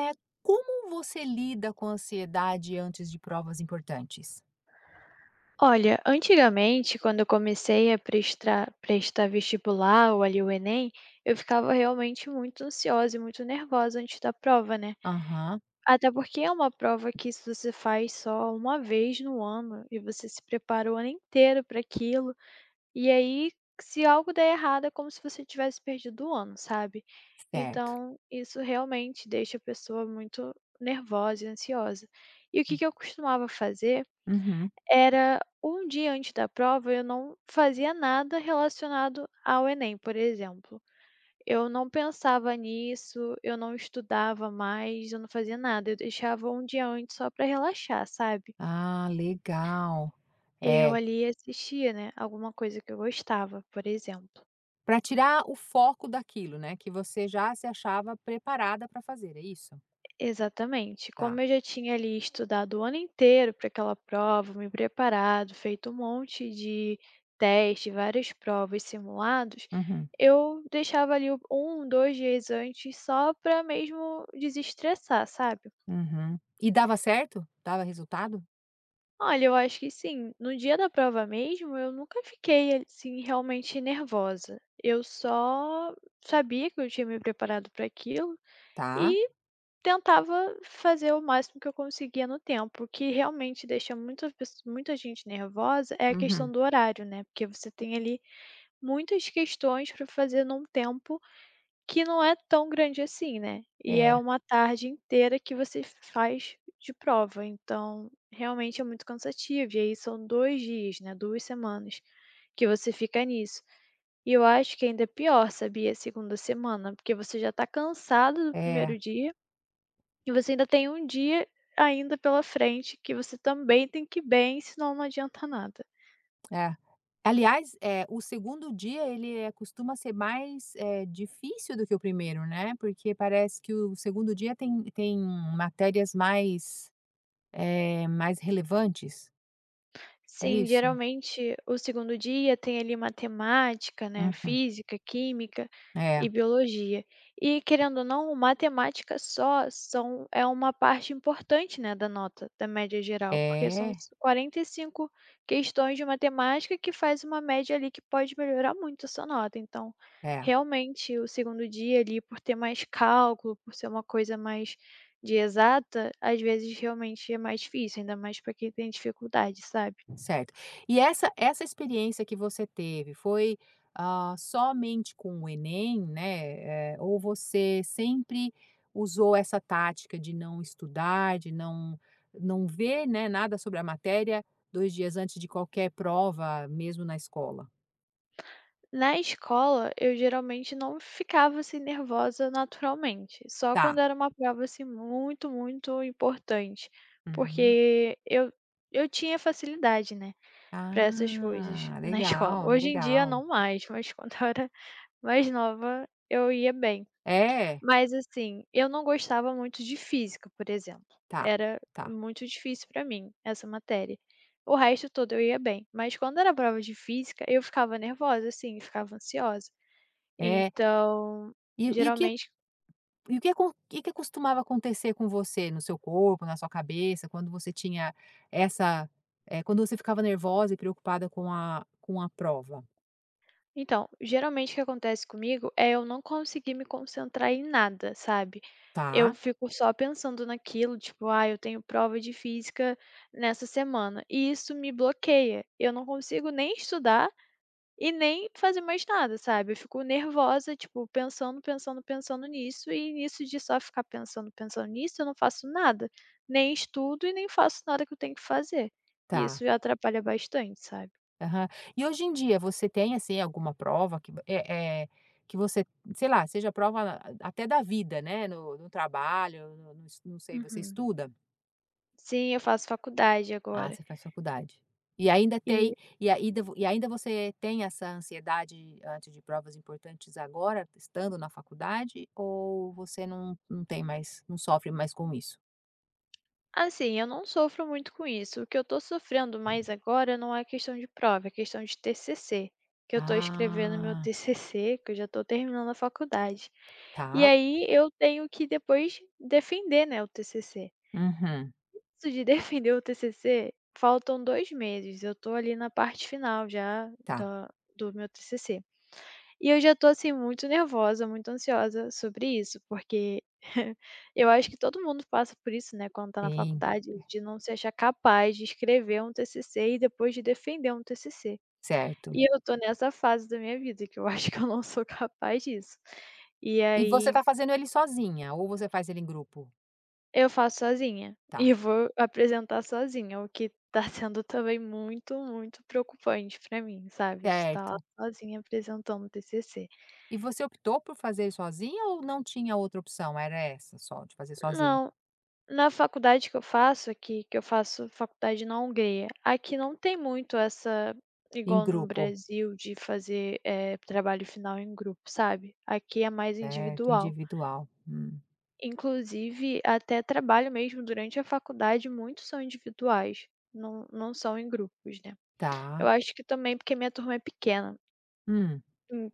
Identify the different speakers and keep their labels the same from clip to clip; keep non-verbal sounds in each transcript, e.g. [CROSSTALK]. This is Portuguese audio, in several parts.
Speaker 1: É, como você lida com a ansiedade antes de provas importantes?
Speaker 2: Olha, antigamente, quando eu comecei a prestar vestibular ou ali o Enem, eu ficava realmente muito ansiosa e muito nervosa antes da prova, né?
Speaker 1: Aham,
Speaker 2: Até porque é uma prova que se você faz só uma vez no ano e você se prepara o ano inteiro para aquilo, e aí se algo der errado é como se você tivesse perdido o ano, sabe?
Speaker 1: certo.
Speaker 2: Então, isso realmente deixa a pessoa muito nervosa e ansiosa. E o que que eu costumava fazer?
Speaker 1: Uhum.
Speaker 2: Era um dia antes da prova, eu não fazia nada relacionado ao Enem, por exemplo. Eu não pensava nisso, eu não estudava mais, eu não fazia nada, eu deixava um dia antes só para relaxar, sabe.
Speaker 1: Ah, legal.
Speaker 2: Eu
Speaker 1: É,
Speaker 2: ali assistia, né, alguma coisa que eu gostava, por exemplo.
Speaker 1: para tirar o foco daquilo, né, que você já se achava preparada para fazer, é isso?
Speaker 2: Exatamente. Como
Speaker 1: Tá.
Speaker 2: eu já tinha ali estudado o ano inteiro para aquela prova, me preparado, feito um monte de teste, várias provas, simulados,
Speaker 1: Uhum,
Speaker 2: eu deixava ali um, dois dias antes só para mesmo desestressar, sabe?
Speaker 1: uhum. E dava certo? Dava resultado?
Speaker 2: Olha, eu acho que sim. No dia da prova mesmo, eu nunca fiquei assim realmente nervosa. Eu só sabia que eu tinha me preparado para aquilo.
Speaker 1: Tá.
Speaker 2: E tentava fazer o máximo que eu conseguia no tempo. O que realmente deixa muita gente nervosa é a questão
Speaker 1: Uhum.
Speaker 2: do horário, né, porque você tem ali muitas questões para fazer num tempo que não é tão grande assim, né, e é
Speaker 1: É,
Speaker 2: uma tarde inteira que você faz de prova, então realmente é muito cansativo. E aí são 2 dias, né, duas semanas que você fica nisso. E eu acho que ainda é pior, sabia, a segunda semana, porque você já tá cansado do
Speaker 1: é,
Speaker 2: primeiro dia e você ainda tem um dia ainda pela frente que você também tem que ir bem, senão não adianta nada.
Speaker 1: é. Aliás, o segundo dia ele costuma ser mais, difícil do que o primeiro, né, porque parece que o segundo dia tem matérias mais, é mais relevantes. É
Speaker 2: Sim,
Speaker 1: isso?
Speaker 2: geralmente o segundo dia tem ali matemática, né,
Speaker 1: Uhum.
Speaker 2: física, química
Speaker 1: É,
Speaker 2: e biologia. E querendo ou não, matemática só são é uma parte importante, né, da nota da média geral, porque são
Speaker 1: é,
Speaker 2: s- 45 questões de matemática que faz uma média ali que pode melhorar muito essa nota. Então,
Speaker 1: é.
Speaker 2: realmente o segundo dia ali, por ter mais cálculo, por ser uma coisa mais de exata, às vezes realmente é mais difícil, ainda mais para quem tem dificuldade, sabe?
Speaker 1: Certo. E essa experiência que você teve foi, ah, somente com o Enem, né, ou você sempre usou essa tática de não estudar, de não ver, né, nada sobre a matéria 2 dias antes de qualquer prova, mesmo na escola?
Speaker 2: Na escola, eu geralmente não ficava assim nervosa naturalmente, só quando
Speaker 1: Tá.
Speaker 2: era uma prova assim muito, muito importante,
Speaker 1: Uhum.
Speaker 2: porque eu tinha facilidade, né, para essas coisas
Speaker 1: Ah,
Speaker 2: na [LAUGHS] escola.
Speaker 1: legal,
Speaker 2: Hoje em dia
Speaker 1: legal.
Speaker 2: não mais, mas [LAUGHS] quando eu era mais nova eu ia bem.
Speaker 1: É?
Speaker 2: Mas assim, eu não gostava muito de física, por exemplo.
Speaker 1: Tá,
Speaker 2: Era
Speaker 1: tá.
Speaker 2: muito difícil para mim essa matéria. O resto todo eu ia bem, mas quando era prova de física, eu ficava nervosa, assim, ficava ansiosa.
Speaker 1: É.
Speaker 2: Então,
Speaker 1: E e o que
Speaker 2: geralmente
Speaker 1: E o que acon o que que costumava acontecer com você, no seu corpo, na sua cabeça, quando você tinha essa, quando você ficava nervosa e preocupada com a prova?
Speaker 2: então, geralmente o que acontece comigo é eu não conseguir me concentrar em nada, sabe.
Speaker 1: Tá,
Speaker 2: Eu fico só pensando naquilo, tipo: "Ah, eu tenho prova de física nessa semana", e isso me bloqueia. Eu não consigo nem estudar e nem fazer mais nada, sabe. Eu fico nervosa, tipo, pensando, pensando, pensando nisso, e nisso de só ficar pensando, pensando nisso, eu não faço nada, nem estudo e nem faço nada que eu tenho que fazer. E
Speaker 1: tá.
Speaker 2: isso atrapalha bastante, sabe.
Speaker 1: Aham. E hoje em dia você tem, assim, alguma prova que é que você, sei lá, seja prova ah, até da vida, né, no trabalho, no não sei, você
Speaker 2: Uhum.
Speaker 1: estuda?
Speaker 2: Sim, eu faço faculdade
Speaker 1: Ah,
Speaker 2: agora.
Speaker 1: você faz faculdade. E ainda tem
Speaker 2: E,
Speaker 1: e ainda você tem essa ansiedade antes de provas importantes agora, estando na faculdade, ou você não tem mais não sofre mais com isso?
Speaker 2: assim, eu não sofro muito com isso. O que eu tô sofrendo mais agora não é questão de prova, é questão de TCC, que eu tô escrevendo meu
Speaker 1: Ah,
Speaker 2: TCC, que eu já tô terminando a faculdade. E
Speaker 1: tá.
Speaker 2: aí eu tenho que depois defender, né, o TCC.
Speaker 1: Uhum.
Speaker 2: Isso de [LAUGHS] defender o TCC, faltam 2 meses. Eu tô ali na parte final já
Speaker 1: Tá,
Speaker 2: da do meu TCC. E eu já tô, assim, muito nervosa, muito ansiosa sobre isso, porque [LAUGHS] eu acho que todo mundo passa por isso, né, quando tá na
Speaker 1: sim,
Speaker 2: faculdade, de não se achar capaz de escrever um TCC e depois de defender um TCC.
Speaker 1: certo.
Speaker 2: E eu tô nessa fase da minha vida que eu [LAUGHS] acho que eu não sou capaz disso. E
Speaker 1: E você
Speaker 2: aí
Speaker 1: tá fazendo ele sozinha ou você faz ele em grupo?
Speaker 2: eu faço sozinha e
Speaker 1: Tá,
Speaker 2: vou apresentar sozinha, o que tá [LAUGHS] sendo também muito, muito preocupante pra mim, sabe, de estar lá
Speaker 1: certo.
Speaker 2: sozinha apresentando o TCC.
Speaker 1: E você optou por fazer sozinha ou não tinha outra opção, era essa só, de fazer sozinha?
Speaker 2: Não, na faculdade que eu faço aqui, que eu faço faculdade na Hungria, aqui não tem muito essa
Speaker 1: Em
Speaker 2: igual no
Speaker 1: grupo.
Speaker 2: Brasil de fazer, trabalho final em grupo, sabe. Aqui é mais
Speaker 1: Certo,
Speaker 2: individual.
Speaker 1: individual.
Speaker 2: Inclusive, até trabalho mesmo durante a faculdade, muitos são individuais, não são em grupos, né. Eu
Speaker 1: Tá.
Speaker 2: acho que também porque minha turma é pequena.
Speaker 1: Hum,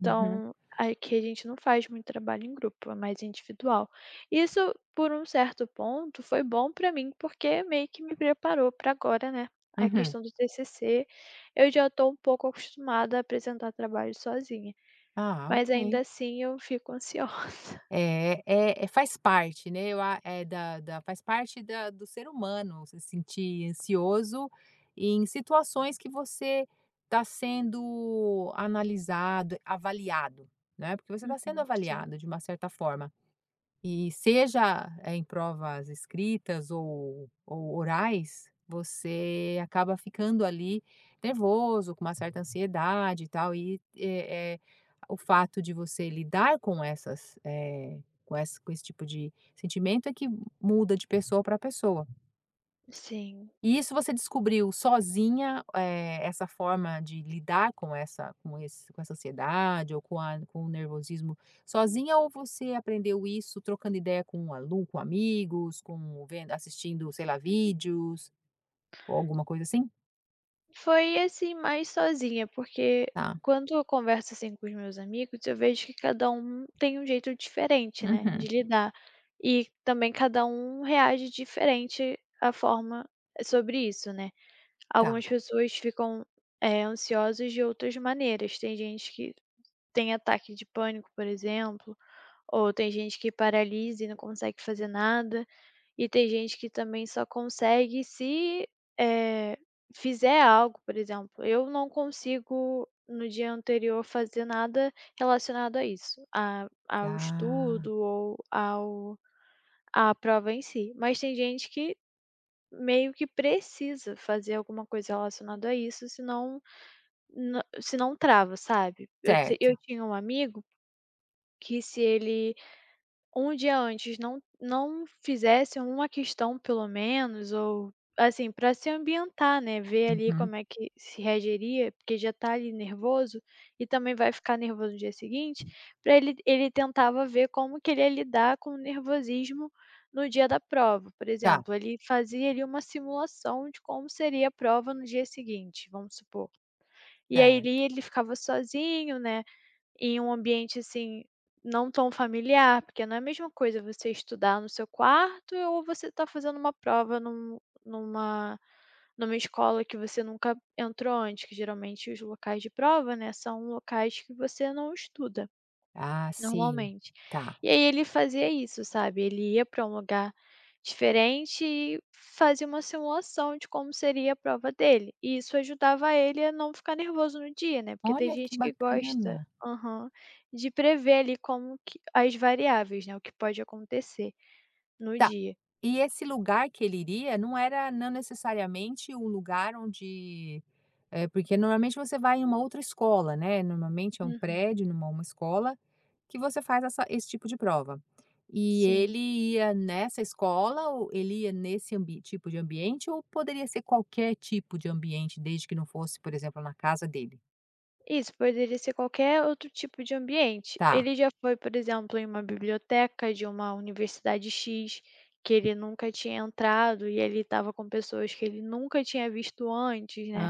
Speaker 1: uhum,
Speaker 2: aqui a gente não faz muito trabalho em grupo, é mais individual. Isso, por um certo ponto, foi bom para mim, porque meio que me preparou para agora, né, a
Speaker 1: uhum.
Speaker 2: questão do TCC. Eu já estou um pouco acostumada a apresentar trabalho sozinha,
Speaker 1: Ah, ok.
Speaker 2: mas ainda assim eu fico ansiosa. [LAUGHS]
Speaker 1: É faz parte, né, eu a é da da faz parte da do ser humano se sentir ansioso em situações que você está sendo analisado, avaliado, né, porque você está sendo
Speaker 2: Uhum, sim,
Speaker 1: avaliado de uma certa forma. E seja, em provas escritas ou orais, você acaba ficando ali nervoso, com uma certa ansiedade e tal, e, o fato de você lidar com essas, com essa com esse tipo de sentimento é que muda de pessoa para pessoa.
Speaker 2: sim.
Speaker 1: E isso você descobriu sozinha, essa forma de lidar com essa com essa ansiedade ou com a com o nervosismo sozinha ou você aprendeu isso trocando ideia com um alu com amigos, com vendo assistindo, sei lá, vídeos ou alguma coisa assim?
Speaker 2: Foi, assim, mais sozinha, porque
Speaker 1: Tá.
Speaker 2: quando eu converso, assim, com os meus amigos, eu vejo que cada um tem um jeito diferente, né, de
Speaker 1: Uhum.
Speaker 2: lidar. E também cada um reage diferente à forma sobre isso, né.
Speaker 1: Tá.
Speaker 2: Algumas pessoas ficam, ansiosas de outras maneiras. Tem gente que tem ataque de pânico, por exemplo, ou tem gente que paralisa e não consegue fazer nada. E tem gente que também só consegue se, eh, fizer algo, por exemplo, eu não consigo no dia anterior fazer nada relacionado a isso, a ao
Speaker 1: Ah,
Speaker 2: estudo ou ao à prova em si, mas tem gente que meio que precisa fazer alguma coisa relacionada a isso, senão trava, sabe. Eu
Speaker 1: certo.
Speaker 2: tinha um amigo que se ele um dia antes não fizesse uma questão pelo menos ou, assim, para se ambientar, né, ver ali
Speaker 1: Uhum.
Speaker 2: como é que se reagiria, porque já tá ali nervoso e também vai ficar nervoso no dia seguinte, para ele tentava ver como que ele ia lidar com o nervosismo no dia da prova, por
Speaker 1: Tá,
Speaker 2: exemplo, ele fazia ali uma simulação de como seria a prova no dia seguinte, vamos supor. E aí ele
Speaker 1: certo.
Speaker 2: ele ficava sozinho, né, em um ambiente, assim, não tão familiar, porque não é a mesma coisa você estudar no seu quarto ou você tá fazendo uma prova numa numa escola que você nunca entrou antes, que geralmente os locais de prova, né, são locais que você não estuda.
Speaker 1: Ah, sim.
Speaker 2: Normalmente.
Speaker 1: Tá.
Speaker 2: E aí ele fazia isso, sabe, ele ia para um lugar diferente e fazia uma simulação de como seria a prova dele, e isso ajudava ele a não ficar nervoso no dia, né, porque tem
Speaker 1: Olha que
Speaker 2: gente que gosta
Speaker 1: bacana.
Speaker 2: aham, de prever ali como que as variáveis, né, o que pode acontecer no
Speaker 1: Tá.
Speaker 2: dia.
Speaker 1: E esse lugar que ele iria não era não necessariamente um lugar onde porque normalmente você vai em uma outra escola, né, normalmente é um
Speaker 2: Uhum,
Speaker 1: prédio, numa uma escola, que você faz essa esse tipo de prova. E
Speaker 2: sim.
Speaker 1: ele ia nessa escola ou ele ia nesse ambi tipo de ambiente ou poderia ser qualquer tipo de ambiente, desde que não fosse, por exemplo, na casa dele?
Speaker 2: Isso, poderia ser qualquer outro tipo de ambiente.
Speaker 1: Tá.
Speaker 2: Ele já foi, por exemplo, em uma biblioteca de uma universidade X, que ele nunca tinha entrado e ele estava com pessoas que ele nunca tinha visto antes, né?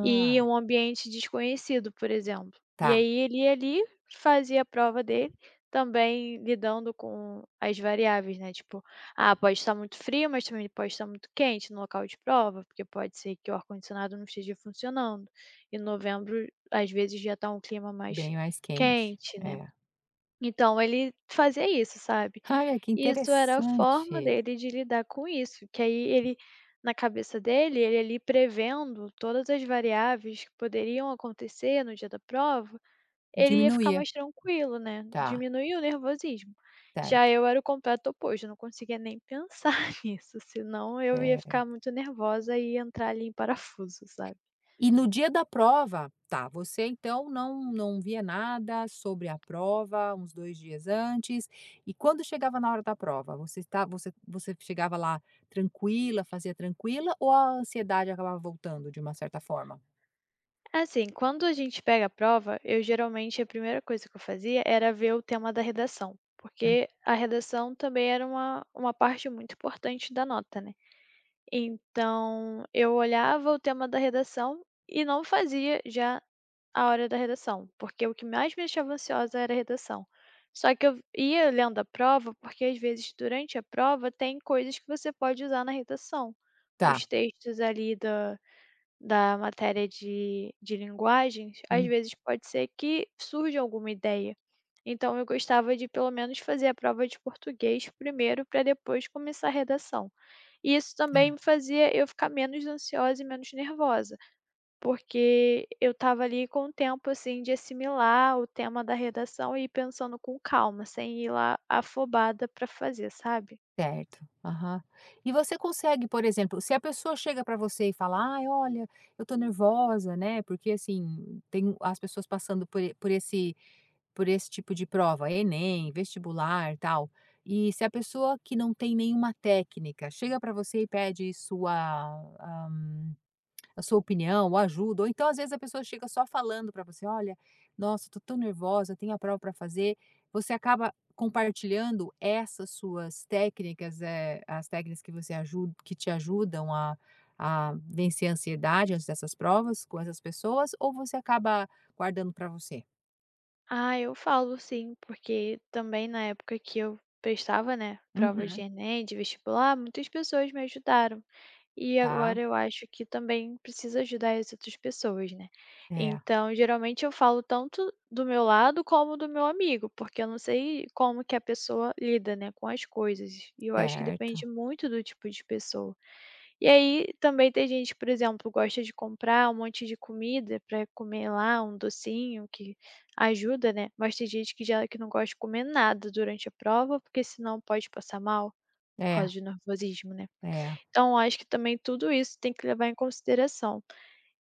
Speaker 2: E um ambiente desconhecido, por exemplo. E
Speaker 1: tá.
Speaker 2: aí ele ia ali, fazia a prova dele, também lidando com as variáveis, né, tipo, ah, pode estar muito frio, mas também pode estar muito quente no local de prova, porque pode ser que o ar-condicionado não esteja funcionando. Em novembro, às vezes, já está um clima mais
Speaker 1: Bem mais quente.
Speaker 2: quente, né.
Speaker 1: É.
Speaker 2: Então ele fazia isso, sabe.
Speaker 1: Olha, que
Speaker 2: Isso era a forma
Speaker 1: interessante.
Speaker 2: dele de lidar com isso, que aí ele na cabeça dele, ele ali prevendo todas as variáveis que poderiam acontecer no dia da prova, ele ia ficar
Speaker 1: Diminuía.
Speaker 2: mais tranquilo, né,
Speaker 1: Tá,
Speaker 2: diminuir o nervosismo. Já
Speaker 1: certo.
Speaker 2: eu era o completo oposto, eu não conseguia nem pensar [LAUGHS] nisso, senão eu ia
Speaker 1: Eh,
Speaker 2: ficar muito nervosa e ia entrar ali em parafuso, sabe.
Speaker 1: e no dia da prova, tá, você então não via nada sobre a prova uns 2 dias antes, e quando chegava na hora da prova, você está você você chegava lá tranquila, fazia tranquila ou a ansiedade acabava voltando de uma certa forma?
Speaker 2: Assim, quando a gente pega a prova, eu geralmente a primeira coisa que eu fazia era ver o tema da redação,
Speaker 1: Hum,
Speaker 2: porque a redação também era uma parte muito importante da nota, né? Então, eu olhava o tema da redação e não fazia já a hora da redação, porque o que mais me deixava ansiosa era a redação. Só que eu ia lendo a prova, porque às vezes durante a prova tem coisas que você pode usar na redação. Os
Speaker 1: tá,
Speaker 2: textos ali da matéria de linguagens, às
Speaker 1: hum,
Speaker 2: vezes pode ser que surja alguma ideia. Então eu gostava de pelo menos fazer a prova de português primeiro para depois começar a redação. E isso também
Speaker 1: tá,
Speaker 2: me fazia eu ficar menos ansiosa e menos nervosa, porque eu estava ali com o tempo, assim, de assimilar o tema da redação e ir pensando com calma, sem ir lá afobada para fazer, sabe?
Speaker 1: certo. Aham. E você consegue, por exemplo, se a pessoa chega para você e fala: "Ai, olha, eu tô nervosa, né", porque, assim, tem as pessoas passando por por esse por esse tipo de prova, Enem, vestibular, tal. E se a pessoa que não tem nenhuma técnica chega para você e pede sua, ah, a sua opinião ou ajuda, ou então às vezes a pessoa chega só falando para você: "Olha, nossa, tô tão nervosa, tenho a prova para fazer", você acaba compartilhando essas suas técnicas, as técnicas que você ajuda, que te ajudam a vencer a ansiedade antes dessas provas com essas pessoas, ou você acaba guardando para você?
Speaker 2: Ah, eu falo sim, porque também na época que eu prestava, né, prova de
Speaker 1: Uhum.
Speaker 2: Enem, de vestibular, muitas pessoas me ajudaram. E
Speaker 1: Tá?
Speaker 2: agora eu acho que também precisa ajudar as outras pessoas, né?
Speaker 1: É,
Speaker 2: Então, geralmente eu falo tanto do meu lado como do meu amigo, porque eu não sei como que a pessoa lida, né, com as coisas. E eu acho que depende
Speaker 1: certo.
Speaker 2: muito do tipo de pessoa. E aí também tem gente, por exemplo, gosta de comprar um monte de comida para comer lá, um docinho que ajuda, né, mas tem gente que já que não gosta de comer nada durante a prova, porque senão pode passar mal, por causa
Speaker 1: É,
Speaker 2: de nervosismo, né.
Speaker 1: é,
Speaker 2: Então eu acho que também tudo isso tem que levar em consideração.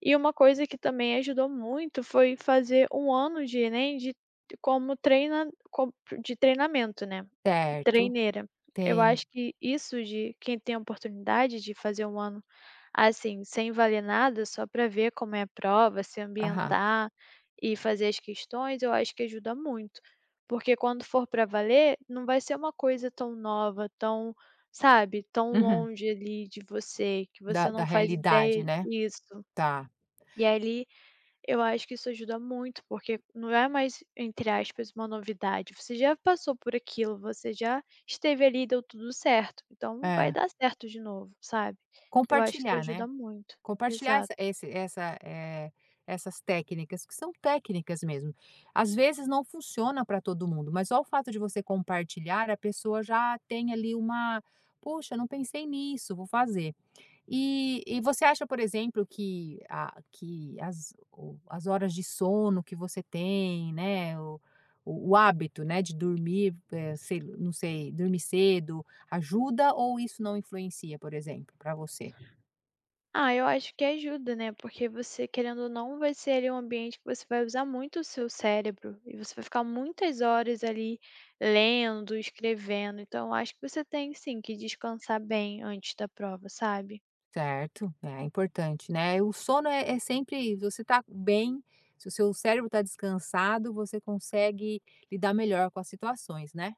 Speaker 2: E uma coisa que também ajudou muito foi fazer um ano de Enem como treina com de treinamento, né.
Speaker 1: certo.
Speaker 2: Treineira. Eu
Speaker 1: Tem.
Speaker 2: acho que isso de quem tem a oportunidade de fazer um ano, assim, sem valer nada, só para ver como é a prova, se
Speaker 1: Aham.
Speaker 2: ambientar e fazer as questões, eu acho que ajuda muito. Porque quando for para valer, não vai ser uma coisa tão nova, tão, sabe, tão
Speaker 1: Uhum.
Speaker 2: longe ali de você, que
Speaker 1: Da
Speaker 2: você
Speaker 1: da
Speaker 2: não faz
Speaker 1: realidade,
Speaker 2: ideia
Speaker 1: né.
Speaker 2: isso.
Speaker 1: Tá.
Speaker 2: E ali eu acho que isso ajuda muito, porque não é mais, entre aspas, uma novidade. Você já passou por aquilo, você já esteve ali e deu tudo certo. Então vai
Speaker 1: É.
Speaker 2: dar certo de novo, sabe? Eu acho que isso
Speaker 1: Compartilhar,
Speaker 2: ajuda
Speaker 1: né.
Speaker 2: muito.
Speaker 1: Compartilhar
Speaker 2: Exato.
Speaker 1: essas técnicas, que são técnicas mesmo. Às vezes não funciona para todo mundo, mas só o fato de você compartilhar, a pessoa já tem ali uma: Puxa, não pensei nisso, vou fazer". E você acha, por exemplo, que a que as o as horas de sono que você tem, né, o o hábito, né, de dormir, sei não sei, dormir cedo, ajuda ou isso não influencia, por exemplo, para você?
Speaker 2: Ah, eu acho que ajuda, né? Porque você, querendo ou não, vai ser ali um ambiente que você vai usar muito o seu cérebro e você vai ficar muitas horas ali lendo, escrevendo. Então, eu acho que você tem sim que descansar bem antes da prova, sabe?
Speaker 1: Certo, é importante, né. O sono é sempre você tá bem, se o seu cérebro tá descansado, você consegue lidar melhor com as situações, né.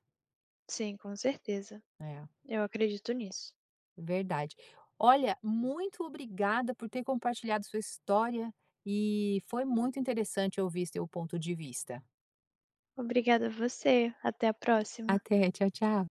Speaker 2: Sim, com certeza.
Speaker 1: É.
Speaker 2: Eu acredito nisso.
Speaker 1: Verdade. Olha, muito obrigada por ter compartilhado sua história e foi muito interessante ouvir seu ponto de vista.
Speaker 2: Obrigada a você, até a próxima.
Speaker 1: Até, tchau, tchau.